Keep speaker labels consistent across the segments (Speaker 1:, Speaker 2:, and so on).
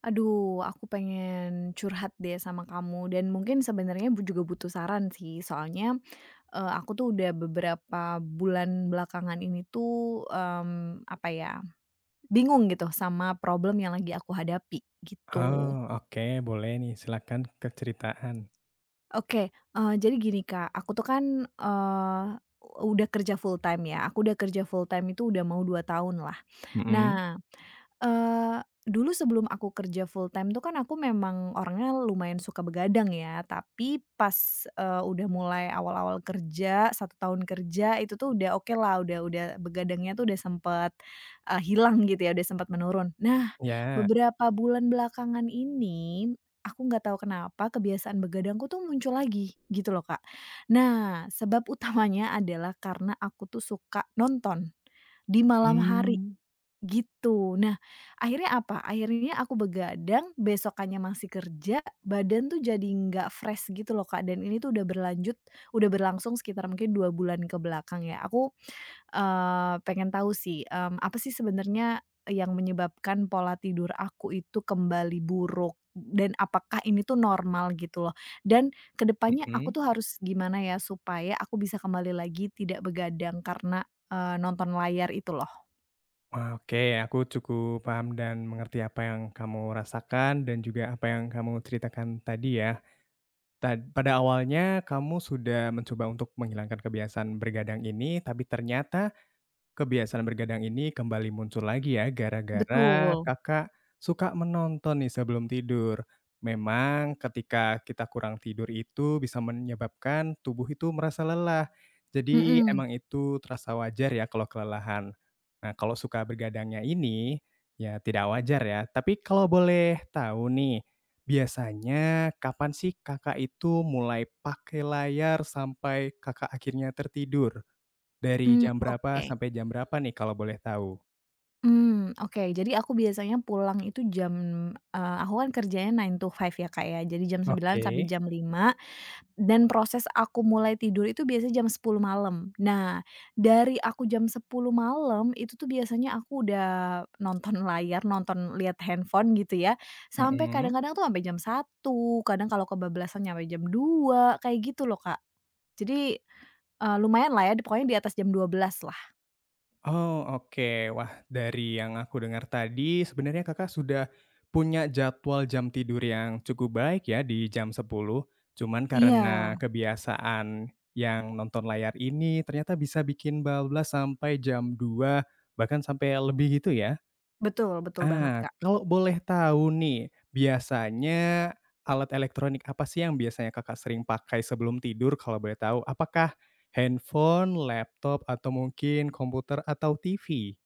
Speaker 1: Aduh, aku pengen curhat deh sama kamu dan mungkin sebenarnya juga butuh saran sih. Soalnya aku tuh udah beberapa bulan belakangan ini tuh apa ya, bingung gitu sama problem yang lagi aku hadapi
Speaker 2: Oh,
Speaker 1: gitu.
Speaker 2: oke, boleh nih silakan keceritaan.
Speaker 1: Oke, jadi gini Kak, aku tuh kan udah kerja full time ya. Aku udah kerja full time itu udah mau 2 tahun lah.
Speaker 2: Mhm.
Speaker 1: Nah, dulu sebelum aku kerja full time tuh kan aku memang orangnya lumayan suka begadang ya, tapi pas, udah mulai awal-awal kerja, 1 tahun kerja itu tuh udah okelah, udah begadangnya tuh udah sempet, hilang gitu ya, udah sempet menurun. Nah,
Speaker 2: Ya.
Speaker 1: beberapa bulan belakangan ini, aku nggak tahu kenapa kebiasaan begadangku tuh muncul lagi, gitu loh, Kak. Nah, sebab utamanya adalah karena aku tuh suka nonton di malam hari.
Speaker 2: Mmm,
Speaker 1: Gitu. Nah, akhirnya aku begadang, besokannya masih kerja, badan tuh jadi nggak fresh gitu loh, Kak, dan ini tuh udah berlangsung sekitar mungkin 2 bulan ke belakang ya. Aku, pengen tahu sih, apa sih sebenarnya yang menyebabkan pola tidur aku itu kembali buruk dan apakah ini tuh normal gitu loh. Dan kedepannya aku
Speaker 2: mhm.
Speaker 1: tuh harus gimana ya supaya aku bisa kembali lagi tidak begadang karena, nonton layar itu loh.
Speaker 2: Wah, oke, aku cukup paham dan mengerti apa yang kamu rasakan dan juga apa yang kamu ceritakan tadi ya. Pada awalnya kamu sudah mencoba untuk menghilangkan kebiasaan bergadang ini, tapi ternyata kebiasaan bergadang ini kembali muncul lagi ya gara-gara
Speaker 1: Betul.
Speaker 2: Kakak suka menonton nih sebelum tidur. Memang ketika kita kurang tidur itu bisa menyebabkan tubuh itu merasa lelah. Jadi
Speaker 1: Mhm,
Speaker 2: emang itu terasa wajar ya kalau kelelahan. Nah, kalau suka bergadangnya ini ya tidak wajar ya. Tapi kalau boleh tahu nih, biasanya kapan sih Kakak itu mulai pakai layar sampai Kakak akhirnya tertidur? Dari
Speaker 1: mmm,
Speaker 2: jam berapa
Speaker 1: oke,
Speaker 2: sampai jam berapa nih kalau boleh tahu?
Speaker 1: mmm, oke. Jadi aku biasanya pulang itu aku kan kerjanya 9 to 5 ya, Kak, ya. Jadi jam
Speaker 2: Oke,
Speaker 1: sembilan sampai jam lima. Dan proses aku mulai tidur itu biasanya jam 10 malam. Nah, dari aku jam 10 malam itu tuh biasanya aku udah nonton layar, nonton lihat handphone gitu ya, sampai
Speaker 2: mhm.
Speaker 1: kadang-kadang tuh sampai jam 1. Kadang kalau kebablasan nyampe jam 2 kayak gitu loh, Kak. Jadi, lumayanlah ya, pokoknya di atas jam 12 lah.
Speaker 2: Oh, oke. Wah, dari yang aku dengar tadi sebenarnya Kakak sudah punya jadwal jam tidur yang cukup baik ya di jam 10, cuman
Speaker 1: Iya.
Speaker 2: karena kebiasaan yang nonton layar ini ternyata bisa bikin bablas sampai jam 2 bahkan sampai lebih gitu ya?
Speaker 1: Betul, betul banget,
Speaker 2: Ah,
Speaker 1: Kak.
Speaker 2: kalau boleh tahu nih, biasanya alat elektronik apa sih yang biasanya Kakak sering pakai sebelum tidur kalau boleh tahu? Apakah handphone, laptop, atau mungkin komputer atau TV?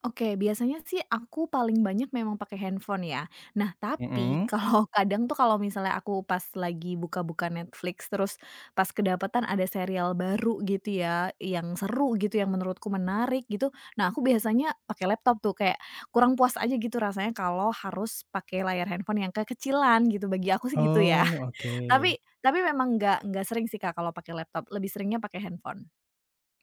Speaker 1: Oke, biasanya sih aku paling banyak memang pakai handphone ya. Nah, tapi
Speaker 2: Mhm.
Speaker 1: kalau kadang tuh kalau misalnya aku pas lagi buka-buka Netflix, terus pas kedapatan ada serial baru gitu ya, yang seru gitu, yang menurutku menarik gitu. Nah, aku biasanya pakai laptop tuh, kayak kurang puas aja gitu rasanya kalau harus pakai layar handphone yang kekecilan gitu, bagi aku sih gitu ya.
Speaker 2: Oh, oke.
Speaker 1: Tapi tapi memang nggak sering sih, Kak, kalau pakai laptop, lebih seringnya pakai handphone.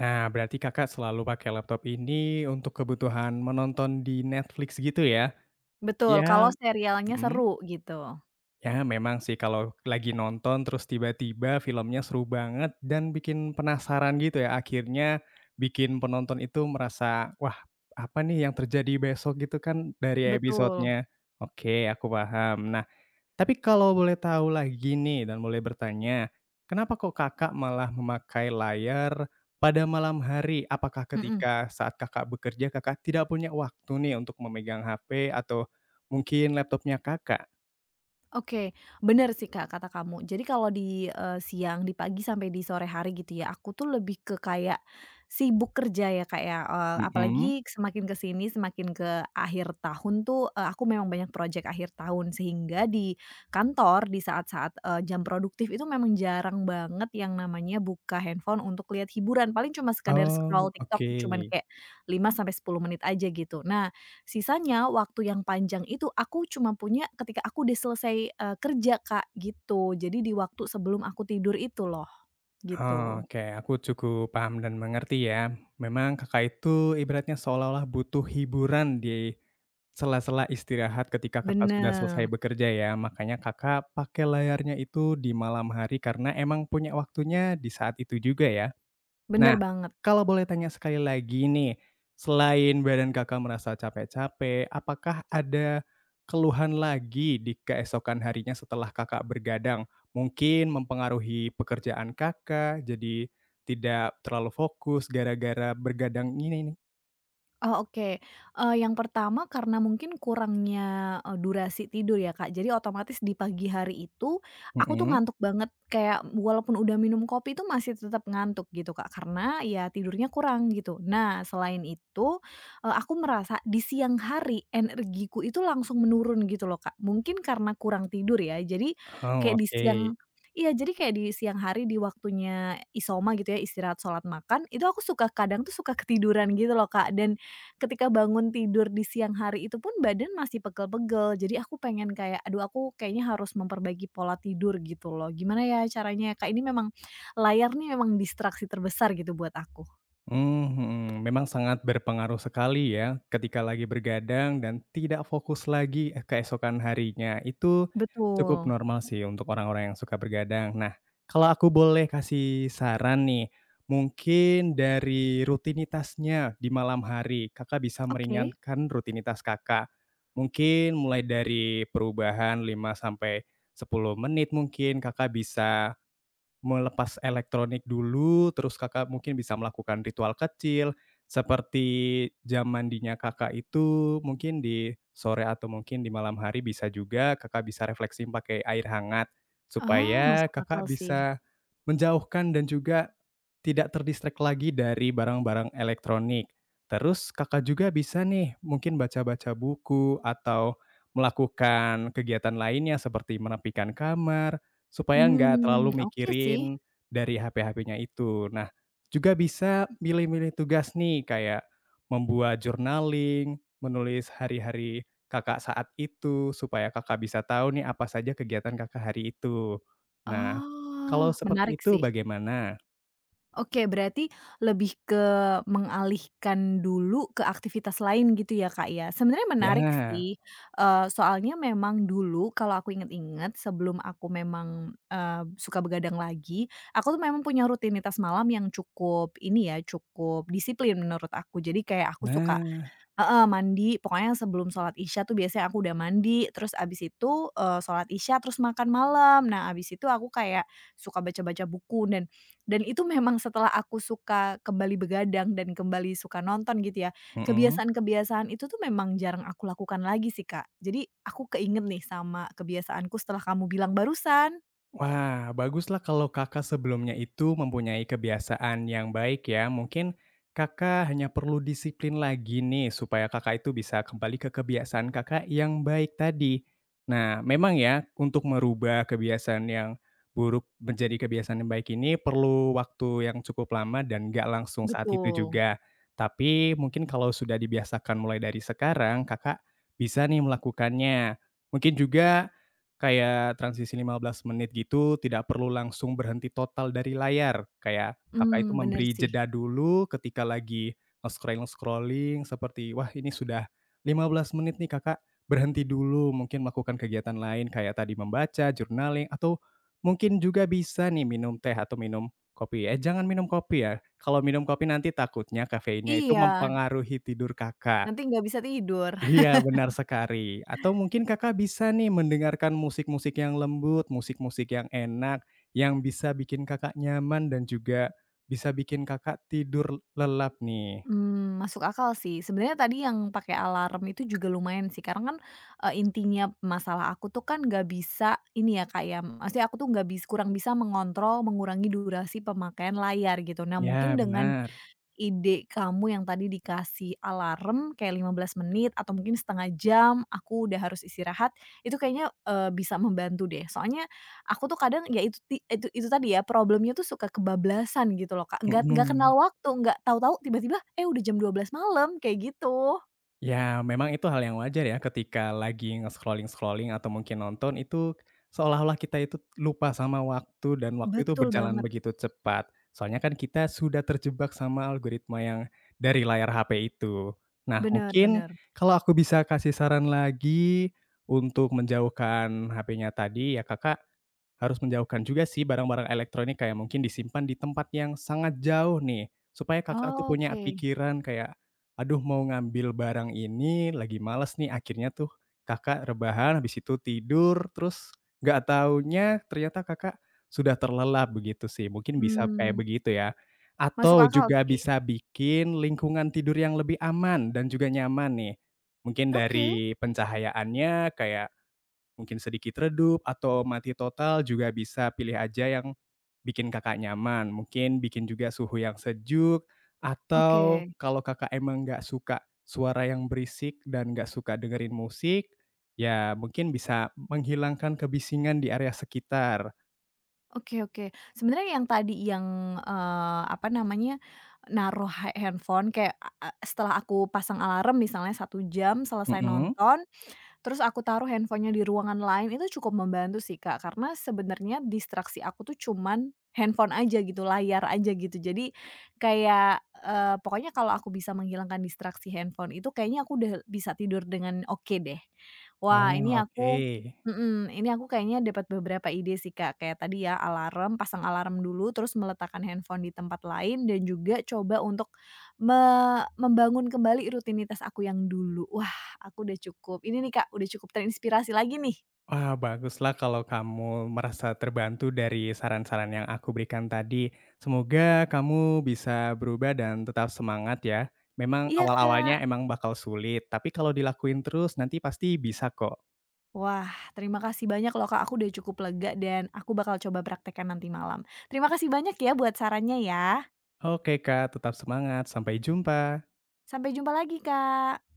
Speaker 2: Nah, berarti Kakak selalu pakai laptop ini untuk kebutuhan menonton di Netflix gitu ya?
Speaker 1: Betul,
Speaker 2: Ya,
Speaker 1: kalau serialnya
Speaker 2: mhm.
Speaker 1: seru gitu.
Speaker 2: Ya, memang sih kalau lagi nonton terus tiba-tiba filmnya seru banget dan bikin penasaran gitu ya, akhirnya bikin penonton itu merasa, "Wah, apa nih yang terjadi besok?" Gitu kan dari
Speaker 1: Betul,
Speaker 2: episodenya. Oke, aku paham. Nah, tapi kalau boleh tahu lagi nih dan boleh bertanya, kenapa kok Kakak malah memakai layar pada malam hari? Apakah
Speaker 1: mhm.
Speaker 2: ketika saat Kakak bekerja, Kakak tidak punya waktu nih untuk memegang HP atau mungkin laptopnya Kakak?
Speaker 1: Oke, bener sih Kak kata kamu. Jadi kalau di pagi sampai di sore hari gitu ya, aku tuh lebih ke kayak sibuk kerja ya Kak ya,
Speaker 2: Mhm.
Speaker 1: apalagi semakin ke sini, semakin ke akhir tahun tuh, aku memang banyak projek akhir tahun. Sehingga di kantor, di saat-saat, jam produktif itu memang jarang banget yang namanya buka handphone untuk lihat hiburan, paling cuma sekadar
Speaker 2: Oh,
Speaker 1: scroll TikTok,
Speaker 2: oke.
Speaker 1: cuman kayak 5 sampai 10 menit aja gitu. Nah, sisanya waktu yang panjang itu aku cuma punya ketika aku udah selesai, kerja Kak, gitu. Jadi di waktu sebelum aku tidur itu loh,
Speaker 2: Oh,
Speaker 1: gitu.
Speaker 2: oke, aku cukup paham dan mengerti ya. Memang Kakak itu ibaratnya seolah-olah butuh hiburan di sela-sela istirahat ketika Kakak sudah
Speaker 1: Bener,
Speaker 2: selesai bekerja ya. Makanya Kakak pakai layarnya itu di malam hari karena emang punya waktunya di saat itu juga ya?
Speaker 1: bener
Speaker 2: Nah,
Speaker 1: banget.
Speaker 2: kalau boleh tanya sekali lagi nih, selain badan Kakak merasa capek-capek, apakah ada keluhan lagi di keesokan harinya setelah Kakak bergadang? Mungkin mempengaruhi pekerjaan Kakak, jadi tidak terlalu fokus gara-gara bergadang ini nih?
Speaker 1: Oh, oke. Yang pertama karena mungkin kurangnya, durasi tidur ya, Kak. Jadi otomatis di pagi hari itu aku tuh
Speaker 2: Mhm.
Speaker 1: ngantuk banget, kayak walaupun udah minum kopi itu masih tetap ngantuk gitu, Kak, karena ya tidurnya kurang gitu. Nah, selain itu, aku merasa di siang hari energiku itu langsung menurun gitu loh, Kak. Mungkin karena kurang tidur ya. Jadi
Speaker 2: Oh,
Speaker 1: kayak di
Speaker 2: oke.
Speaker 1: siang iya, jadi kayak di siang hari di waktunya isoma gitu ya, istirahat, sholat, makan, itu aku suka kadang tuh suka ketiduran gitu loh, Kak, dan ketika bangun tidur di siang hari itu pun badan masih pegel-pegel, jadi aku pengen kayak, "Aduh aku kayaknya harus memperbaiki pola tidur," gitu loh. Gimana ya caranya ya, Kak? Ini memang layar nih memang distraksi terbesar gitu buat aku.
Speaker 2: Mmm, mhm, memang sangat berpengaruh sekali ya ketika lagi bergadang dan tidak fokus lagi, eh, keesokan harinya. Itu cukup
Speaker 1: Betul.
Speaker 2: normal sih untuk orang-orang yang suka bergadang. Nah, kalau aku boleh kasih saran nih, mungkin dari rutinitasnya di malam hari, Kakak bisa
Speaker 1: Oke.
Speaker 2: meringankan rutinitas Kakak. Mungkin mulai dari perubahan 5 sampai 10 menit mungkin Kakak bisa melepas elektronik dulu, terus Kakak mungkin bisa melakukan ritual kecil, seperti jam mandinya Kakak itu mungkin di sore atau mungkin di malam hari bisa juga Kakak bisa refleksi pakai air hangat,
Speaker 1: Ah,
Speaker 2: supaya
Speaker 1: masuk akal
Speaker 2: Kakak
Speaker 1: sih.
Speaker 2: bisa menjauhkan dan juga tidak terdistract lagi dari barang-barang elektronik. Terus Kakak juga bisa nih mungkin baca-baca buku atau melakukan kegiatan lainnya seperti menepikan kamar supaya nggak
Speaker 1: Mmm,
Speaker 2: terlalu
Speaker 1: oke sih.
Speaker 2: mikirin dari HP-HP-nya itu. Nah, juga bisa milih-milih tugas nih, kayak membuat journaling, menulis hari-hari Kakak saat itu, supaya Kakak bisa tahu nih apa saja kegiatan Kakak hari itu. Nah,
Speaker 1: Oh,
Speaker 2: kalau seperti
Speaker 1: menarik
Speaker 2: itu
Speaker 1: sih.
Speaker 2: bagaimana?
Speaker 1: Oke, berarti lebih ke mengalihkan dulu ke aktivitas lain gitu ya, Kak, ya? Sebenarnya menarik
Speaker 2: Ya,
Speaker 1: sih, soalnya memang dulu kalau aku inget-inget sebelum aku memang, suka begadang lagi, aku tuh memang punya rutinitas malam yang cukup ini ya, cukup disiplin menurut aku. Jadi kayak aku suka,
Speaker 2: nah,
Speaker 1: heeh, mandi, pokoknya sebelum sholat Isya tuh biasanya aku udah mandi, terus abis itu, sholat Isya, terus makan malam. Nah, abis itu aku kayak suka baca-baca buku dan itu memang setelah aku suka kembali begadang dan kembali suka nonton gitu ya,
Speaker 2: mhm.
Speaker 1: kebiasaan-kebiasaan itu tuh memang jarang aku lakukan lagi sih, Kak. Jadi aku keinget nih sama kebiasaanku setelah kamu bilang barusan.
Speaker 2: Wah, baguslah kalau Kakak sebelumnya itu mempunyai kebiasaan yang baik ya. Mungkin Kakak hanya perlu disiplin lagi nih supaya Kakak itu bisa kembali ke kebiasaan Kakak yang baik tadi. Nah, memang ya untuk merubah kebiasaan yang buruk menjadi kebiasaan yang baik ini perlu waktu yang cukup lama dan nggak langsung saat itu
Speaker 1: Betul,
Speaker 2: juga. Tapi mungkin kalau sudah dibiasakan mulai dari sekarang, Kakak bisa nih melakukannya. Mungkin juga kayak transisi 15 menit gitu, tidak perlu langsung berhenti total dari layar. Kayak Kakak itu
Speaker 1: mhm, bener
Speaker 2: memberi
Speaker 1: sih.
Speaker 2: jeda dulu ketika lagi nge-scroll-scrolling seperti, "Wah, ini sudah 15 menit nih," Kakak berhenti dulu, mungkin melakukan kegiatan lain kayak tadi membaca, journaling, atau mungkin juga bisa nih minum teh atau minum kopi. Eh, jangan minum kopi ya, kalau minum kopi nanti takutnya kafeinnya itu
Speaker 1: Iya,
Speaker 2: mempengaruhi tidur Kakak.
Speaker 1: nanti nggak bisa tidur.
Speaker 2: Iya, benar sekali. Atau mungkin Kakak bisa nih mendengarkan musik-musik yang lembut, musik-musik yang enak, yang bisa bikin Kakak nyaman dan juga bisa bikin Kakak tidur lelap nih.
Speaker 1: Mmm, masuk akal sih. Sebenarnya tadi yang pakai alarm itu juga lumayan sih, karena kan, intinya masalah aku tuh kan nggak bisa ini ya, Kak, ya, maksudnya aku tuh nggak bis kurang bisa mengontrol, mengurangi durasi pemakaian layar gitu. Nah, mungkin
Speaker 2: Ya,
Speaker 1: dengan
Speaker 2: benar.
Speaker 1: ide kamu yang tadi dikasih alarm kayak 15 menit atau mungkin setengah jam aku udah harus istirahat, itu kayaknya, bisa membantu deh. Soalnya aku tuh kadang ya itu ti itu tadi ya problemnya tuh suka kebablasan gitu loh, Kak, nggak
Speaker 2: Mhm.
Speaker 1: kenal waktu, nggak tahu-tahu tiba-tiba, eh, udah jam 12 malam kayak gitu.
Speaker 2: Ya, memang itu hal yang wajar ya ketika lagi nge-scrolling-scrolling atau mungkin nonton itu seolah-olah kita itu lupa sama waktu dan waktu itu
Speaker 1: Betul
Speaker 2: berjalan
Speaker 1: banget,
Speaker 2: begitu cepat. Soalnya kan kita sudah terjebak sama algoritma yang dari layar HP itu. Nah, mungkin
Speaker 1: benar-benar.
Speaker 2: kalau aku bisa kasih saran lagi untuk menjauhkan HP-nya tadi ya Kakak, harus menjauhkan juga sih barang-barang elektronik kayak mungkin disimpan di tempat yang sangat jauh nih, supaya Kakak tuh punya
Speaker 1: Oke,
Speaker 2: pikiran kayak, "Aduh, mau ngambil barang ini, lagi males nih." Akhirnya tuh Kakak rebahan, habis itu tidur, terus nggak taunya ternyata Kakak sudah terlelap begitu sih, mungkin bisa kayak
Speaker 1: mmm,
Speaker 2: begitu ya.
Speaker 1: masuk
Speaker 2: Atau
Speaker 1: akal
Speaker 2: juga
Speaker 1: sih.
Speaker 2: bisa bikin lingkungan tidur yang lebih aman dan juga nyaman nih. Mungkin
Speaker 1: Oke,
Speaker 2: dari pencahayaannya kayak mungkin sedikit redup atau mati total juga bisa pilih aja yang bikin Kakak nyaman, mungkin bikin juga suhu yang sejuk, atau
Speaker 1: oke.
Speaker 2: kalau Kakak emang nggak suka suara yang berisik dan nggak suka dengerin musik, ya mungkin bisa menghilangkan kebisingan di area sekitar.
Speaker 1: Oke, oke. Sebenarnya yang tadi yang, apa namanya, naruh handphone kayak a a setelah aku pasang alarm misalnya 1 jam selesai
Speaker 2: Mhm.
Speaker 1: nonton, terus aku taruh handphonenya di ruangan lain itu cukup membantu sih, Kak, karena sebenarnya distraksi aku tuh cuman handphone aja gitu, layar aja gitu. Jadi kayak, pokoknya kalau aku bisa menghilangkan distraksi handphone itu kayaknya aku udah bisa tidur dengan oke deh. Wah, ini
Speaker 2: Oh, oke.
Speaker 1: aku mhm, ini aku kayaknya dapat beberapa ide sih, Kak, kayak tadi ya alarm, pasang alarm dulu, terus meletakkan handphone di tempat lain dan juga coba untuk me membangun kembali rutinitas aku yang dulu. Wah, aku udah cukup. Ini nih Kak, udah cukup terinspirasi lagi nih.
Speaker 2: Wah, baguslah kalau kamu merasa terbantu dari saran-saran yang aku berikan tadi. Semoga kamu bisa berubah dan tetap semangat ya. Memang
Speaker 1: Iya Kak.
Speaker 2: awal-awalnya emang bakal sulit, tapi kalau dilakuin terus nanti pasti bisa kok.
Speaker 1: Wah, terima kasih banyak loh Kak, aku udah cukup lega dan aku bakal coba praktekkan nanti malam. Terima kasih banyak ya buat sarannya ya.
Speaker 2: Oke Kak, tetap semangat. Sampai jumpa.
Speaker 1: Sampai jumpa lagi Kak.